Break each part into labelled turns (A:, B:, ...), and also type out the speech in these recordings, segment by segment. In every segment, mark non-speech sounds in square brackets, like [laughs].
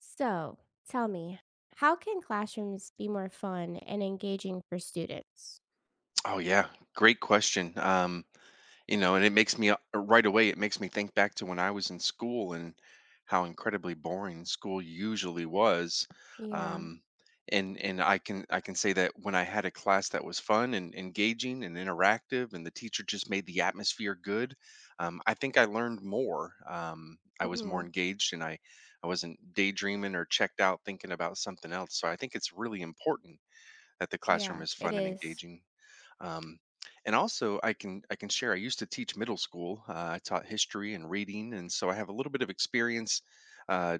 A: So, tell me, how can classrooms be more fun and engaging for students?
B: Oh yeah, great question. And it makes me right away. It makes me think back to when I was in school and how incredibly boring school usually was.
A: Yeah.
B: Um, and I can say that when I had a class that was fun and engaging and interactive, and the teacher just made the atmosphere good, I think I learned more. I was more
A: Mhm.
B: engaged, and I wasn't daydreaming or checked out thinking about something else. So I think it's really important that the classroom
A: Yeah,
B: is
A: it
B: fun and
A: is.
B: engaging. um, and also I can share, I used to teach middle school. I taught history and reading, and so I have a little bit of experience uh,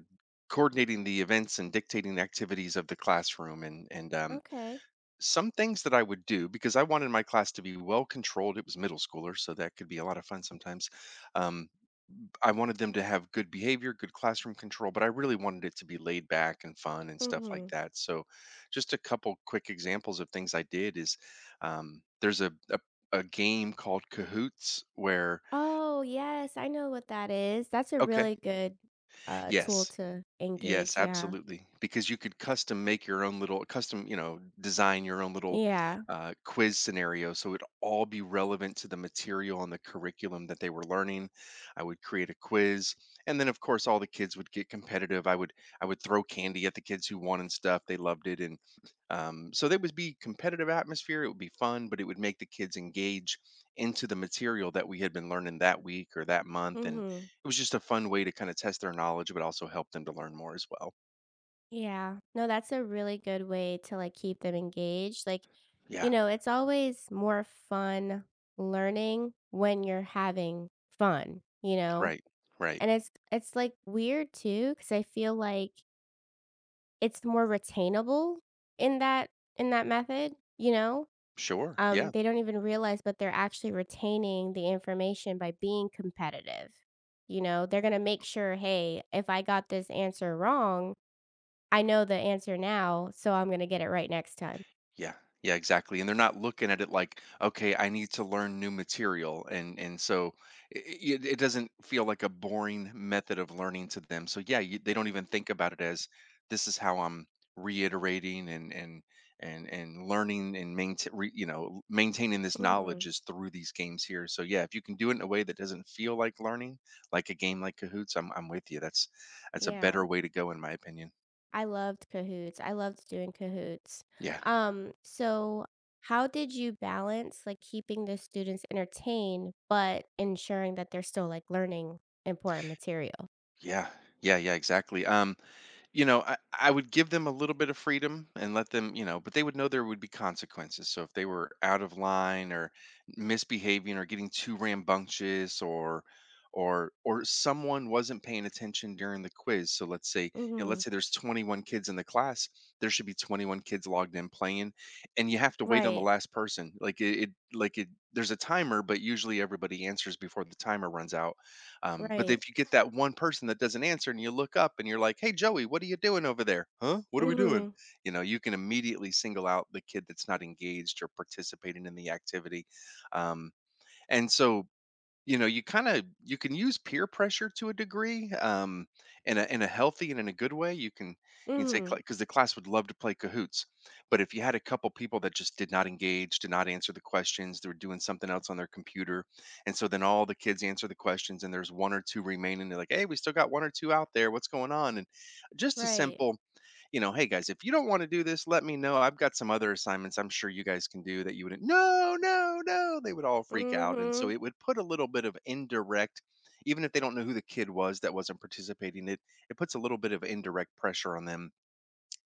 B: coordinating the events and dictating the activities of the classroom, and
A: Okay.
B: some things that I would do, because I wanted my class to be well controlled. It was middle schoolers, so that could be a lot of fun sometimes. um, I wanted them to have good behavior, good classroom control, but I really wanted it to be laid back and fun and stuff like
A: Mhm.
B: that. So, just a couple quick examples of things I did is, there's a game called Cahoots where,
A: Oh, yes, I know what that is. That's a
B: okay,
A: really good, tool
B: yes.
A: to
B: Yes,
A: engage, yeah.
B: absolutely, because you could custom make your own little custom, design your own little
A: Yeah.
B: quiz scenario, so it'd all be relevant to the material and the curriculum that they were learning. I would create a quiz, and then of course all the kids would get competitive. I would throw candy at the kids who won and stuff. They loved it, and so there would be competitive atmosphere. It would be fun, but it would make the kids engage into the material that we had been learning that week or that month, and
A: Mhm.
B: it was just a fun way to kinda test their knowledge, but also help them to learn more as well.
A: Yeah. No, that's a really good way to, like, keep them engaged, like,
B: Yeah.
A: you
B: Yeah.
A: know, it's always more fun learning when you're having fun, you know?
B: Right. Right.
A: And it's, like, weird too, because I feel like it's more retainable in that in that method, you know?
B: Sure. Yeah.
A: They don't even realize, but they're actually retaining the information by being competitive, you know? They're gonna make sure, "Hey, if I got this answer wrong, I know the answer now, so I'm gonna get it right next time."
B: Yeah. Yeah, exactly. And they're not looking at it like, okay, I need to learn new material. And so it doesn't feel like a boring method of learning to them. So yeah, they don't even think about it as this is how I'm reiterating and learning and maintaining this knowledge
A: Mhm.
B: is through these games here. So yeah, if you can do it in a way that doesn't feel like learning, like a game like Cahoots, I'm with you. That's a
A: Yeah.
B: better way to go in my opinion.
A: I loved cahoots. I loved doing cahoots.
B: Yeah.
A: So how did you balance, like, keeping the students entertained, but ensuring that they're still, like, learning important material?
B: Yeah. Yeah, yeah, exactly. I would give them a little bit of freedom and let them, you know, but they would know there would be consequences. So if they were out of line or misbehaving or getting too rambunctious or someone wasn't paying attention during the quiz. So let's say, you know,
A: Mhm.
B: let's say there's 21 kids in the class, there should be 21 kids logged in playing, and you have to wait on the
A: Right.
B: last person. Like it like it there's a timer, but usually everybody answers before the timer runs out. But
A: Right.
B: if you get that one person that doesn't answer and you look up and you're like, hey, Joey, what are you doing over there? Huh? What are we doing?
A: Mhm.
B: You know, you can immediately single out the kid that's not engaged or participating in the activity. Um, and so You know, you kind of you can use peer pressure to a degree, in a healthy and in a good way. You can say,
A: Mhm.
B: because the class would love to play Cahoots, but if you had a couple people that just did not engage, did not answer the questions, they were doing something else on their computer, and so then all the kids answer the questions, and there's one or two remaining. They're like, "Hey, we still got one or two out there. What's going on?" And just a
A: Right.
B: simple, you know, hey guys, if you don't want to do this, let me know. I've got some other assignments I'm sure you guys can do that you wouldn't. No, no, no. They would all freak out. And so
A: Mhm.
B: it would put a little bit of indirect, even if they don't know who the kid was that wasn't participating, it puts a little bit of indirect pressure on them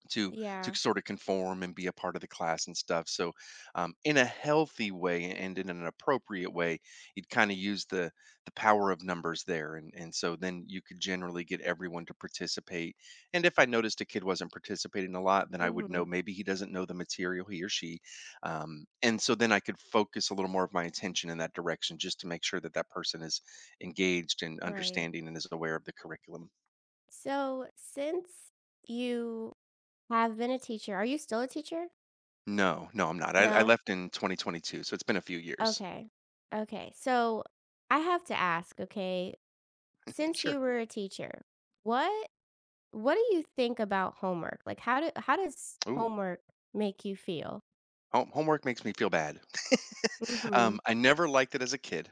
B: to to
A: Yeah.
B: sort of conform and be a part of the class and stuff. So in a healthy way and in an appropriate way, you'd kind of use the power of numbers there, and so then you could generally get everyone to participate. And if I noticed a kid wasn't participating a lot, then I would know
A: Mhm.
B: maybe he doesn't know the material, he or she. And so then I could focus a little more of my attention in that direction just to make sure that that person is engaged and
A: Right.
B: understanding and is aware of the curriculum.
A: So, since you have been a teacher, are you still a teacher?
B: No, no, I'm not. I
A: No?
B: left in 2022, so it's been a few years.
A: Okay. Okay. So, I have to ask, okay? Since
B: Sure.
A: you were a teacher, what what do you think about homework? Like, how does
B: Ooh,
A: homework make you feel?
B: homework makes me feel bad. [laughs]
A: Mhm.
B: I never liked it as a kid.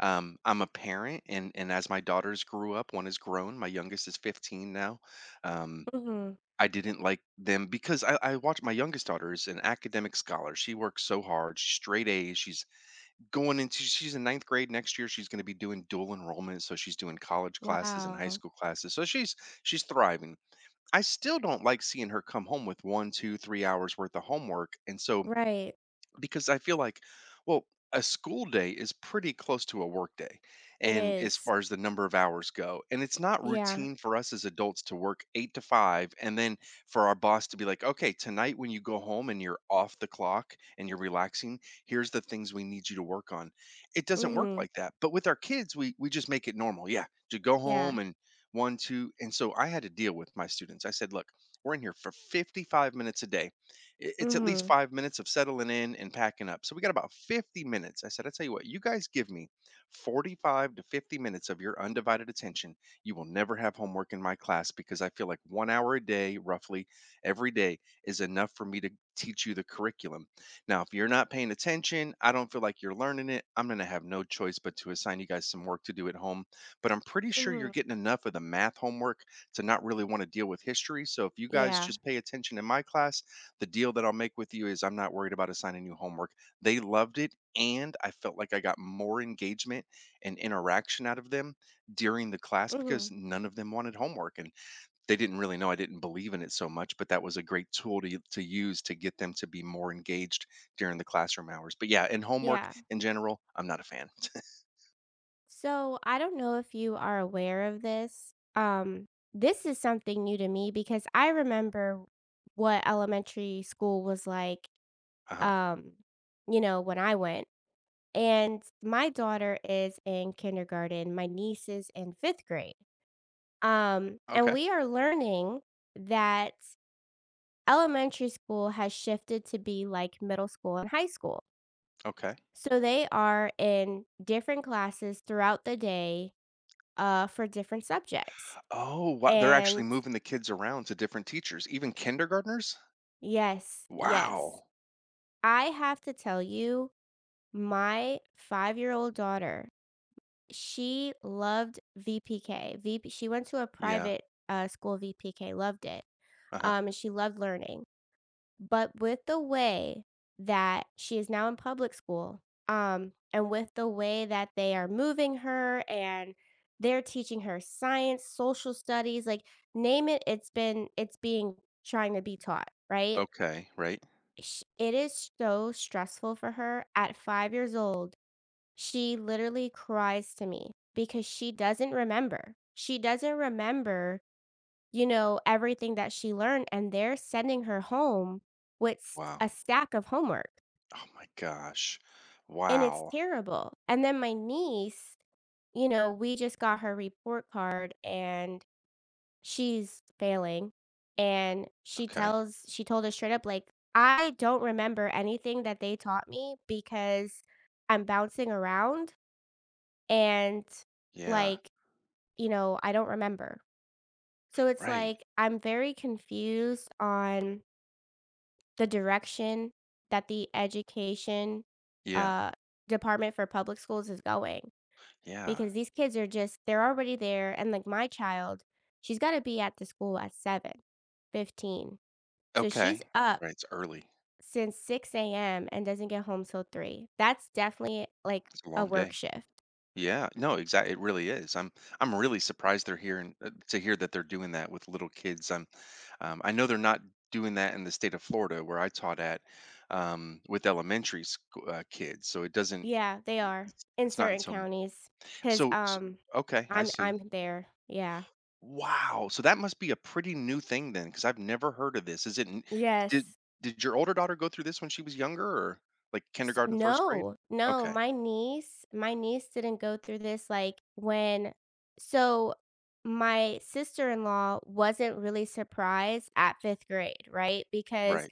B: I'm a parent, and as my daughters grew up, one is grown. My youngest is 15 now. Um,
A: Mhm.
B: I didn't like them because I watched, my youngest daughter is an academic scholar. She works so hard. She's straight A's. She's going into She's in ninth grade next year. She's going to be doing dual enrollment, so she's doing college classes and high
A: Wow.
B: school classes. So she's thriving. I still don't like seeing her come home with one, 2, 3 hours worth of homework, and so
A: Right.
B: because I feel like, well, a school day is pretty close to a work day,
A: It
B: and as
A: is.
B: far as the number of hours go, and it's not
A: Yeah.
B: routine for us as adults to work eight to five, and then for our boss to be like, okay, tonight when you go home and you're off the clock and you're relaxing, here's the things we need you to work on. It doesn't work
A: Mhm.
B: like that. But with our kids, we just make it normal. Yeah, to go
A: Yeah.
B: home and one, two, and so I had to deal with my students. I said, look, we're in here for 55 minutes a day, it's at least
A: Mhm.
B: 5 minutes of settling in and packing up. So we got about 50 minutes. I said, I tell you what, you guys give me 45 to 50 minutes of your undivided attention. You will never have homework in my class because I feel like 1 hour a day, roughly every day, is enough for me to teach you the curriculum. Now, if you're not paying attention, I don't feel like you're learning it. I'm going to have no choice but to assign you guys some work to do at home. But I'm pretty sure you're
A: Mhm.
B: getting enough of the math homework to not really want to deal with history. So if you guys
A: Yeah.
B: just pay attention in my class, the deal that I'll make with you is I'm not worried about assigning you homework. They loved it, and I felt like I got more engagement and interaction out of them during the class
A: Mhm.
B: because none of them wanted homework. And they didn't really know I didn't believe in it so much, but that was a great tool to use to get them to be more engaged during the classroom hours. But yeah, and homework
A: Yeah.
B: in general, I'm not a fan. [laughs]
A: So, I don't know if you are aware of this. This is something new to me because I remember what elementary school was like,
B: Uh-huh.
A: um, you know, when I went. And my daughter is in kindergarten, my niece is in 5th grade. And
B: Okay.
A: we are learning that elementary school has shifted to be like middle school and high school.
B: Okay.
A: So they are in different classes throughout the day for different subjects.
B: Oh, wow. They're actually
A: And
B: moving the kids around to different teachers, even kindergartners.
A: yes, yes,
B: Wow.
A: I have to tell you, my 5-year old daughter she loved VPK. VP She went to a
B: Yeah.
A: private, school VPK, loved it,
B: Uh huh.
A: and she loved learning. But with the way that she is now in public school, and with the way that they are moving her and they're teaching her science, social studies, like, name it, it's being trying to be taught, right?
B: Okay. Right.
A: Sh It is so stressful for her at 5 years old, she literally cries to me because she doesn't remember. She doesn't remember, you know, everything that she learned, and they're sending her home with
B: Wow.
A: a stack of homework,
B: Oh my gosh.
A: and it's
B: Wow.
A: terrible. And then my niece, you know, we just got her report card and she's failing. And
B: Okay.
A: she told us straight up, like, I don't remember anything that they taught me because I'm bouncing around and
B: Yeah.
A: like, you know, I don't remember. So it's
B: Right.
A: like I'm very confused on the direction that the education
B: Yeah.
A: uh, department for public schools is going
B: Yeah.
A: because these kids are just, they're already there. And like my child, she's got to be at the school at 7:15. So she's
B: Okay.
A: up
B: Right. It's early.
A: since 6 a.m. and doesn't get home till 3. That's definitely like
B: It's a
A: a
B: long
A: work
B: day.
A: shift.
B: Yeah. No, exactly. It really is. I'm really surprised they're here and to hear that they're doing that with little kids. I know they're not doing that in the state of Florida where I taught at, with elementary school, kids. So it doesn't.
A: Yeah, they are in
B: It's not in
A: certain
B: some.
A: counties because
B: So,
A: um,
B: okay, I
A: I'm
B: see.
A: I'm there. Yeah.
B: Wow! So that must be a pretty new thing then, because 'cause I've never heard of this. Is it n did
A: Yes.
B: did your older daughter go through this when she was younger, or like,
A: S
B: kindergarten, 1st grade?
A: No, no,
B: Okay.
A: my niece didn't go through this, like, when so my sister-in-law wasn't really surprised at 5th grade, right? Because
B: Right.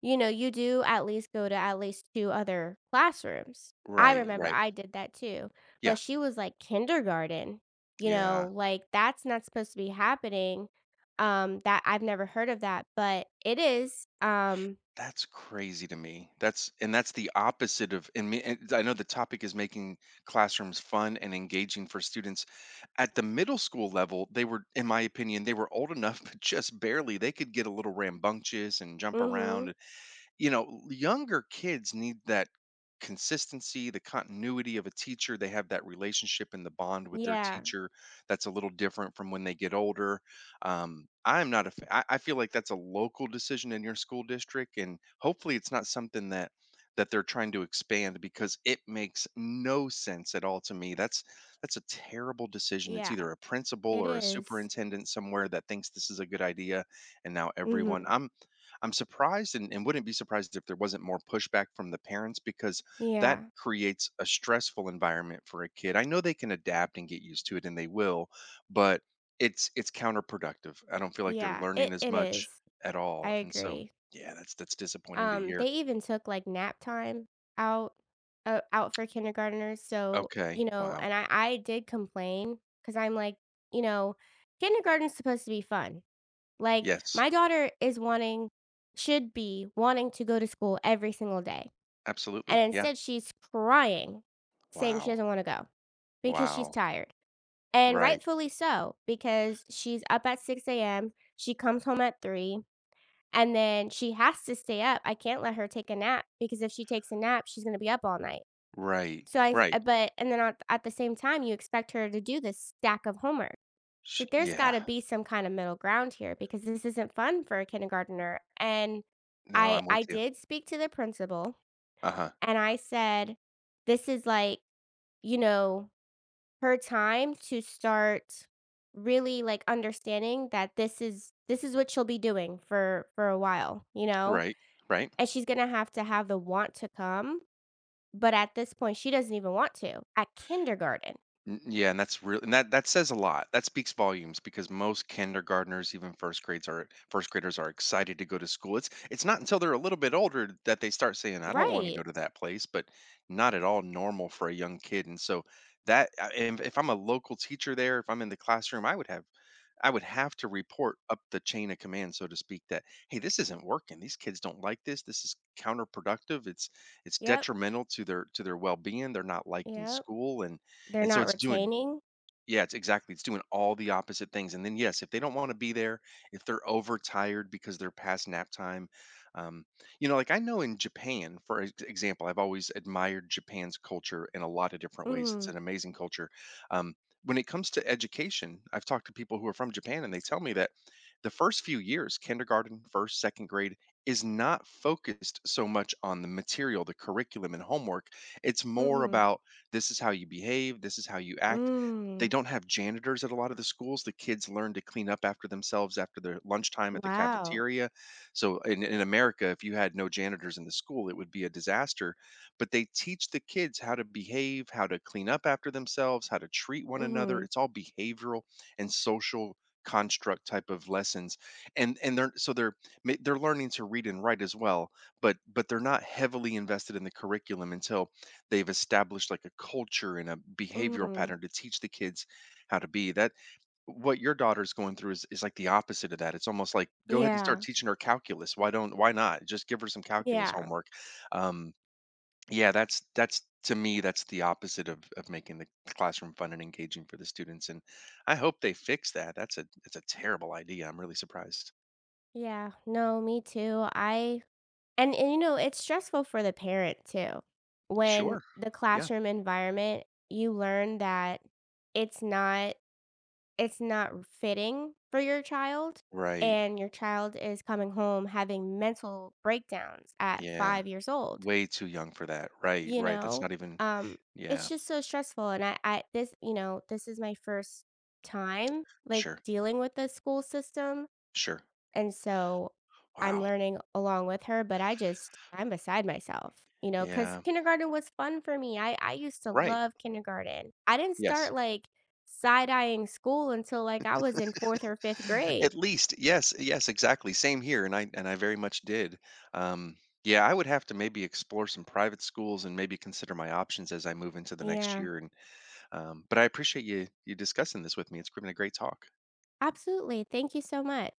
A: you know, you do at least go to at least 2 other classrooms. I
B: Right,
A: remember
B: right.
A: I did that too,
B: Yeah.
A: but she was like kindergarten, you know,
B: Yeah.
A: like that's not supposed to be happening. That I've never heard of that, but it is.
B: That's crazy to me. That's the opposite of, and me and I know the topic is making classrooms fun and engaging for students. At the middle school level, they were in my opinion, they were old enough, [laughs] but just barely, they could get a little rambunctious and jump
A: Mhm.
B: around. You know, younger kids need that consistency, the continuity of a teacher. They have that relationship and the bond with their
A: Yeah,
B: teacher that's a little different from when they get older. I'm not a, f- I feel like that's a local decision in your school district, and hopefully it's not something that they're trying to expand because it makes no sense at all to me. That's a terrible decision. It's
A: yeah,
B: either a principal
A: it
B: or a
A: is.
B: superintendent somewhere that thinks this is a good idea, and now everyone.
A: Mhm.
B: I'm surprised and, wouldn't be surprised if there wasn't more pushback from the parents because that
A: Yeah,
B: creates a stressful environment for a kid. I know they can adapt and get used to it and they will, but it's counterproductive. I don't feel like they're
A: yeah, it
B: learning as
A: it
B: much
A: is.
B: at all.
A: I
B: And so
A: agree.
B: yeah, that's disappointing to
A: They
B: hear.
A: even took, like, nap time out out for kindergartners, so,
B: Okay.
A: you know,
B: Wow.
A: and I did complain because 'cause I'm like, you know, kindergarten's supposed to be fun. Like,
B: Yes.
A: my daughter is wanting should be wanting to go to school every single day, and
B: Absolutely. Yeah.
A: instead she's crying, saying she
B: Wow.
A: doesn't wanna go because she's
B: Wow.
A: tired, and
B: Right.
A: rightfully so, because she's up at 6 a.m., she comes home at 3, and then she has to stay up. I can't let her take a nap because if she takes a nap, she's gonna be up all night.
B: Right.
A: So I
B: Right.
A: but and then At the same time, you expect her to do this stack of homework. It's like there's
B: Yeah.
A: gotta be some kind of middle ground here because this isn't fun for a kindergartner. And
B: No,
A: I
B: I'm with
A: I
B: you.
A: did speak to the principal
B: Uh-huh.
A: and I said, this is like, you know, her time to start really like understanding that this is what she'll be doing for a while, you know?
B: Right. Right.
A: And she's gonna have to have the want to come, but at this point, she doesn't even want to at kindergarten.
B: Yeah, and that's real, and that says a lot. That speaks volumes because most kindergartners, even first graders are excited to go to school. It's not until they're a little bit older that they start saying, "I don't want to
A: Right.
B: go to that place," but not at all normal for a young kid. And so that, I- if I'm a local teacher there, if I'm in the classroom, I would have to report up the chain of command, so to speak, that hey, this isn't working. These kids don't like this. This is counterproductive. It's
A: Yep,
B: detrimental to their well being. They're not liking
A: yep.
B: school,
A: They're
B: and so
A: not
B: it's doing
A: retaining.
B: yeah, it's exactly. It's doing all the opposite things. And then, yes, if they don't want to be there, if they're overtired because they're past nap time, um, you know, like I know in Japan, for example, I've always admired Japan's culture in a lot of different ways. It's
A: Mhm,
B: an amazing culture. Um, when it comes to education, I've talked to people who are from Japan and they tell me that the first few years, kindergarten, first, second grade, is not focused so much on the material, the curriculum, and homework. It's
A: mhm,
B: more
A: mm.
B: about this is how you behave, this is how you act.
A: Hmm.
B: They
A: Mm.
B: don't have janitors at a lot of the schools. The kids learn to clean up after themselves after their lunchtime at the
A: Wow.
B: cafeteria. So in America, if you had no janitors in the school, it would be a disaster. But they teach the kids how to behave, how to clean up after themselves, how to treat one another.
A: Mhm,
B: It's all behavioral and social construct type of lessons. And they're so they're ma- They're learning to read and write as well, but they're not heavily invested in the curriculum until they've established like a culture and a behavioral
A: mhm.
B: pattern to teach the kids how to be that. What your daughter's going through is like the opposite of that. It's almost like go ahead and start
A: Yeah,
B: teaching her calculus. Why don't why not just give her some calculus
A: yeah,
B: homework? Um, yeah, that's to me that's the opposite of making the classroom fun and engaging for the students. And I hope they fix that. That's a It's a terrible idea. I'm really surprised.
A: yeah. No, me too. I And, you know, it's stressful for the parent too. When
B: Sure.
A: the
B: Yeah.
A: classroom environment, you learn that it's not it's not fitting for your child
B: Right.
A: and your child is coming home having mental breakdowns at
B: Yeah.
A: 5 years old,
B: Way too young for that. Right.
A: you
B: Right. That's
A: know.
B: not even.
A: um it's
B: Yeah.
A: just so stressful and I this you know, this is my first time like
B: Sure.
A: dealing with the school system,
B: Sure.
A: and so I'm
B: Wow.
A: learning along with her, but I just I'm beside myself, you know, because
B: Yeah.
A: kindergarten was fun for me. I used to
B: Right.
A: love kindergarten. I didn't
B: Yes.
A: start like side eyeing school until like I was in fourth or
B: [sighs]
A: fifth
B: [laughs] At
A: grade.
B: least, yes, yes, exactly. Same here, and I very much did. Um, yeah, I would have to maybe explore some private schools and maybe consider my options as I move into the next
A: Yeah,
B: year. And but I appreciate you discussing this with me. It's been a great talk.
A: absolutely. Thank you so much.